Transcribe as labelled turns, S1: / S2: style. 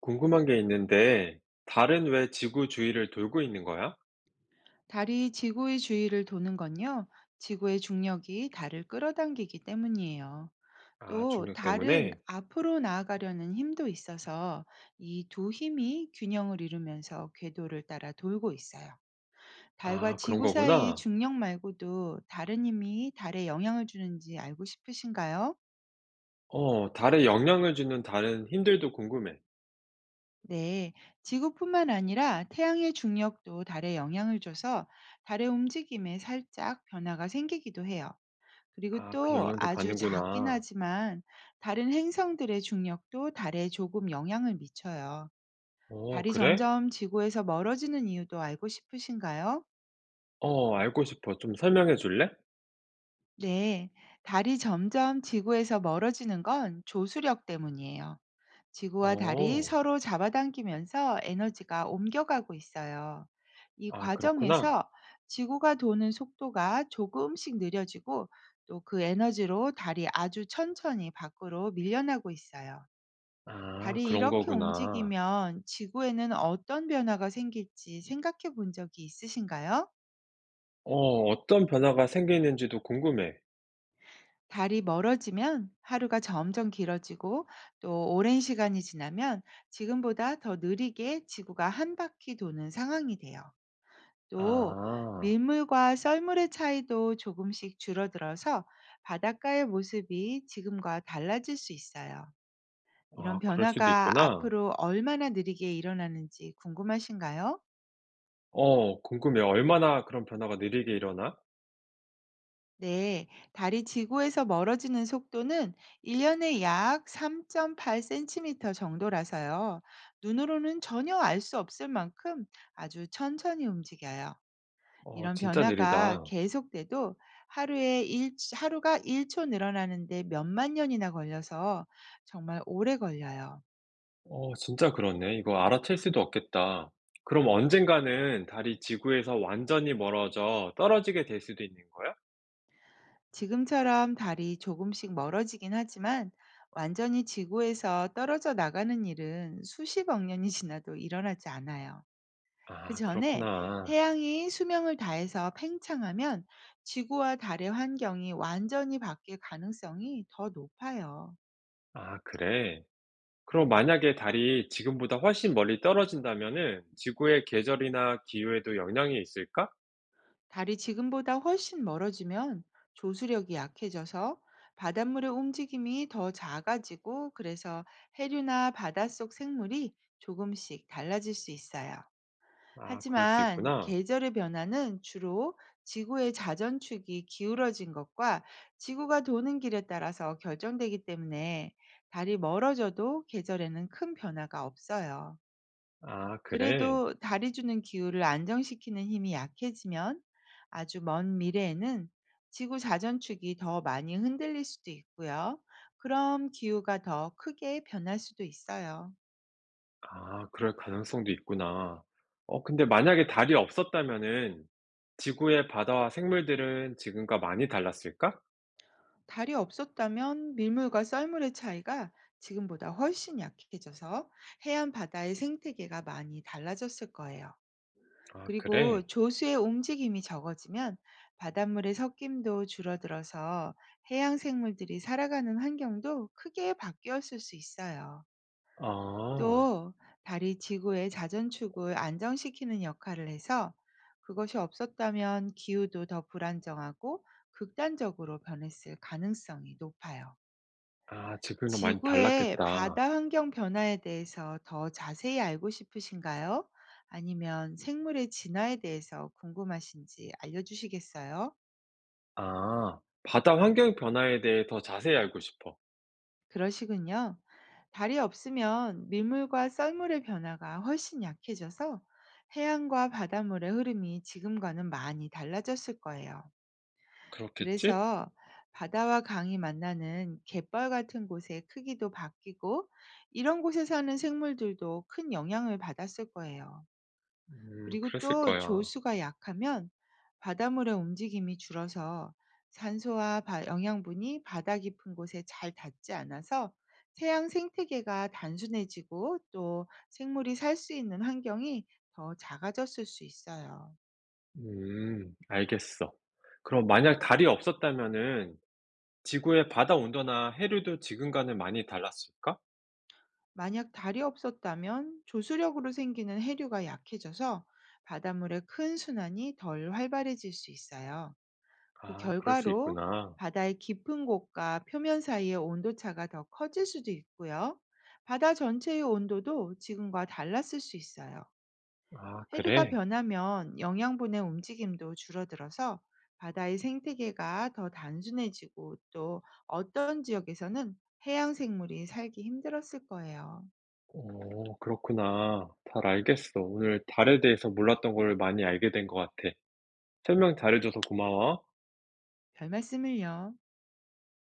S1: 궁금한 게 있는데, 달은 왜 지구 주위를 돌고 있는 거야?
S2: 달이 지구의 주위를 도는 건요, 지구의 중력이 달을 끌어당기기 때문이에요.
S1: 아,
S2: 또
S1: 중력
S2: 달은
S1: 때문에?
S2: 앞으로 나아가려는 힘도 있어서 이 두 힘이 균형을 이루면서 궤도를 따라 돌고 있어요. 달과
S1: 아, 그런
S2: 지구 사이의
S1: 거구나.
S2: 중력 말고도 다른 힘이 달에 영향을 주는지 알고 싶으신가요?
S1: 어, 달에 영향을 주는 다른 힘들도 궁금해.
S2: 네, 지구뿐만 아니라 태양의 중력도 달에 영향을 줘서 달의 움직임에 살짝 변화가 생기기도 해요. 그리고
S1: 아, 그
S2: 또
S1: 영향도
S2: 아주 작긴
S1: 받는구나.
S2: 하지만 다른 행성들의 중력도 달에 조금 영향을 미쳐요.
S1: 어,
S2: 달이
S1: 그래?
S2: 점점 지구에서 멀어지는 이유도 알고 싶으신가요?
S1: 어, 알고 싶어. 좀 설명해 줄래?
S2: 네, 달이 점점 지구에서 멀어지는 건 조수력 때문이에요. 지구와 달이
S1: 어,
S2: 서로 잡아당기면서 에너지가 옮겨가고 있어요. 이
S1: 아, 그렇구나.
S2: 과정에서 지구가 도는 속도가 조금씩 느려지고 또 그 에너지로 달이 아주 천천히 밖으로 밀려나고 있어요.
S1: 아,
S2: 달이
S1: 그런
S2: 이렇게
S1: 거구나.
S2: 움직이면 지구에는 어떤 변화가 생길지 생각해 본 적이 있으신가요?
S1: 어, 어떤 변화가 생기는지도 궁금해.
S2: 달이 멀어지면 하루가 점점 길어지고 또 오랜 시간이 지나면 지금보다 더 느리게 지구가 한 바퀴 도는 상황이 돼요. 또
S1: 아,
S2: 밀물과 썰물의 차이도 조금씩 줄어들어서 바닷가의 모습이 지금과 달라질 수 있어요. 이런
S1: 아, 그럴 수도
S2: 변화가
S1: 있구나.
S2: 앞으로 얼마나 느리게 일어나는지 궁금하신가요?
S1: 어, 궁금해. 얼마나 그런 변화가 느리게 일어나?
S2: 네, 달이 지구에서 멀어지는 속도는 1년에 약 3.8cm 정도라서요. 눈으로는 전혀 알 수 없을 만큼 아주 천천히 움직여요.
S1: 어,
S2: 이런
S1: 진짜
S2: 변화가
S1: 느리다.
S2: 계속돼도 하루에 하루가 1초 늘어나는데 몇만 년이나 걸려서 정말 오래 걸려요.
S1: 어 진짜 그렇네. 이거 알아챌 수도 없겠다. 그럼 언젠가는 달이 지구에서 완전히 멀어져 떨어지게 될 수도 있는 거야?
S2: 지금처럼 달이 조금씩 멀어지긴 하지만 완전히 지구에서 떨어져 나가는 일은 수십억 년이 지나도 일어나지 않아요. 그
S1: 아,
S2: 전에
S1: 그렇구나.
S2: 태양이 수명을 다해서 팽창하면 지구와 달의 환경이 완전히 바뀔 가능성이 더 높아요.
S1: 아, 그래. 그럼 만약에 달이 지금보다 훨씬 멀리 떨어진다면은 지구의 계절이나 기후에도 영향이 있을까?
S2: 달이 지금보다 훨씬 멀어지면 조수력이 약해져서 바닷물의 움직임이 더 작아지고 그래서 해류나 바닷속 생물이 조금씩 달라질 수 있어요.
S1: 아, 그럴 수
S2: 하지만
S1: 있구나.
S2: 계절의 변화는 주로 지구의 자전축이 기울어진 것과 지구가 도는 길에 따라서 결정되기 때문에 달이 멀어져도 계절에는 큰 변화가 없어요.
S1: 아, 그래.
S2: 그래도 달이 주는 기후를 안정시키는 힘이 약해지면 아주 먼 미래에는 지구 자전축이 더 많이 흔들릴 수도 있고요. 그럼 기후가 더 크게 변할 수도 있어요.
S1: 아, 그럴 가능성도 있구나. 어, 근데 만약에 달이 없었다면은 지구의 바다와 생물들은 지금과 많이 달랐을까?
S2: 달이 없었다면 밀물과 썰물의 차이가 지금보다 훨씬 약해져서 해안 바다의 생태계가 많이 달라졌을 거예요.
S1: 아,
S2: 그리고
S1: 그래.
S2: 조수의 움직임이 적어지면 바닷물의 섞임도 줄어들어서 해양 생물들이 살아가는 환경도 크게 바뀌었을 수 있어요.
S1: 아.
S2: 또 달이 지구의 자전축을 안정시키는 역할을 해서 그것이 없었다면 기후도 더 불안정하고 극단적으로 변했을 가능성이 높아요.
S1: 아 지금이랑 많이
S2: 지구의
S1: 달랐겠다.
S2: 바다 환경 변화에 대해서 더 자세히 알고 싶으신가요? 아니면 생물의 진화에 대해서 궁금하신지 알려주시겠어요?
S1: 아. 바다 환경 변화에 대해 더 자세히 알고 싶어.
S2: 그러시군요. 달이 없으면 밀물과 썰물의 변화가 훨씬 약해져서 해안과 바닷물의 흐름이 지금과는 많이 달라졌을 거예요.
S1: 그렇겠지?
S2: 그래서 바다와 강이 만나는 갯벌 같은 곳의 크기도 바뀌고 이런 곳에 사는 생물들도 큰 영향을 받았을 거예요. 그리고
S1: 그랬을
S2: 또
S1: 거야.
S2: 조수가 약하면 바닷물의 움직임이 줄어서 산소와 영양분이 바다 깊은 곳에 잘 닿지 않아서 해양 생태계가 단순해지고 또 생물이 살 수 있는 환경이 더 작아졌을 수 있어요.
S1: 알겠어. 그럼 만약 달이 없었다면은 지구의 바다 온도나 해류도 지금과는 많이 달랐을까?
S2: 만약 달이 없었다면 조수력으로 생기는 해류가 약해져서 바닷물의 큰 순환이 덜 활발해질 수 있어요. 그
S1: 아 그럴 수
S2: 결과로
S1: 있구나.
S2: 바다의 깊은 곳과 표면 사이의 온도차가 더 커질 수도 있고요. 바다 전체의 온도도 지금과 달랐을 수 있어요.
S1: 아
S2: 해류가
S1: 그래?
S2: 변하면 영양분의 움직임도 줄어들어서 바다의 생태계가 더 단순해지고 또 어떤 지역에서는 해양 생물이 살기 힘들었을 거예요.
S1: 오 그렇구나. 잘 알겠어. 오늘 달에 대해서 몰랐던 걸 많이 알게 된 것 같아. 설명 잘해 줘서 고마워.
S2: 별 말씀을요.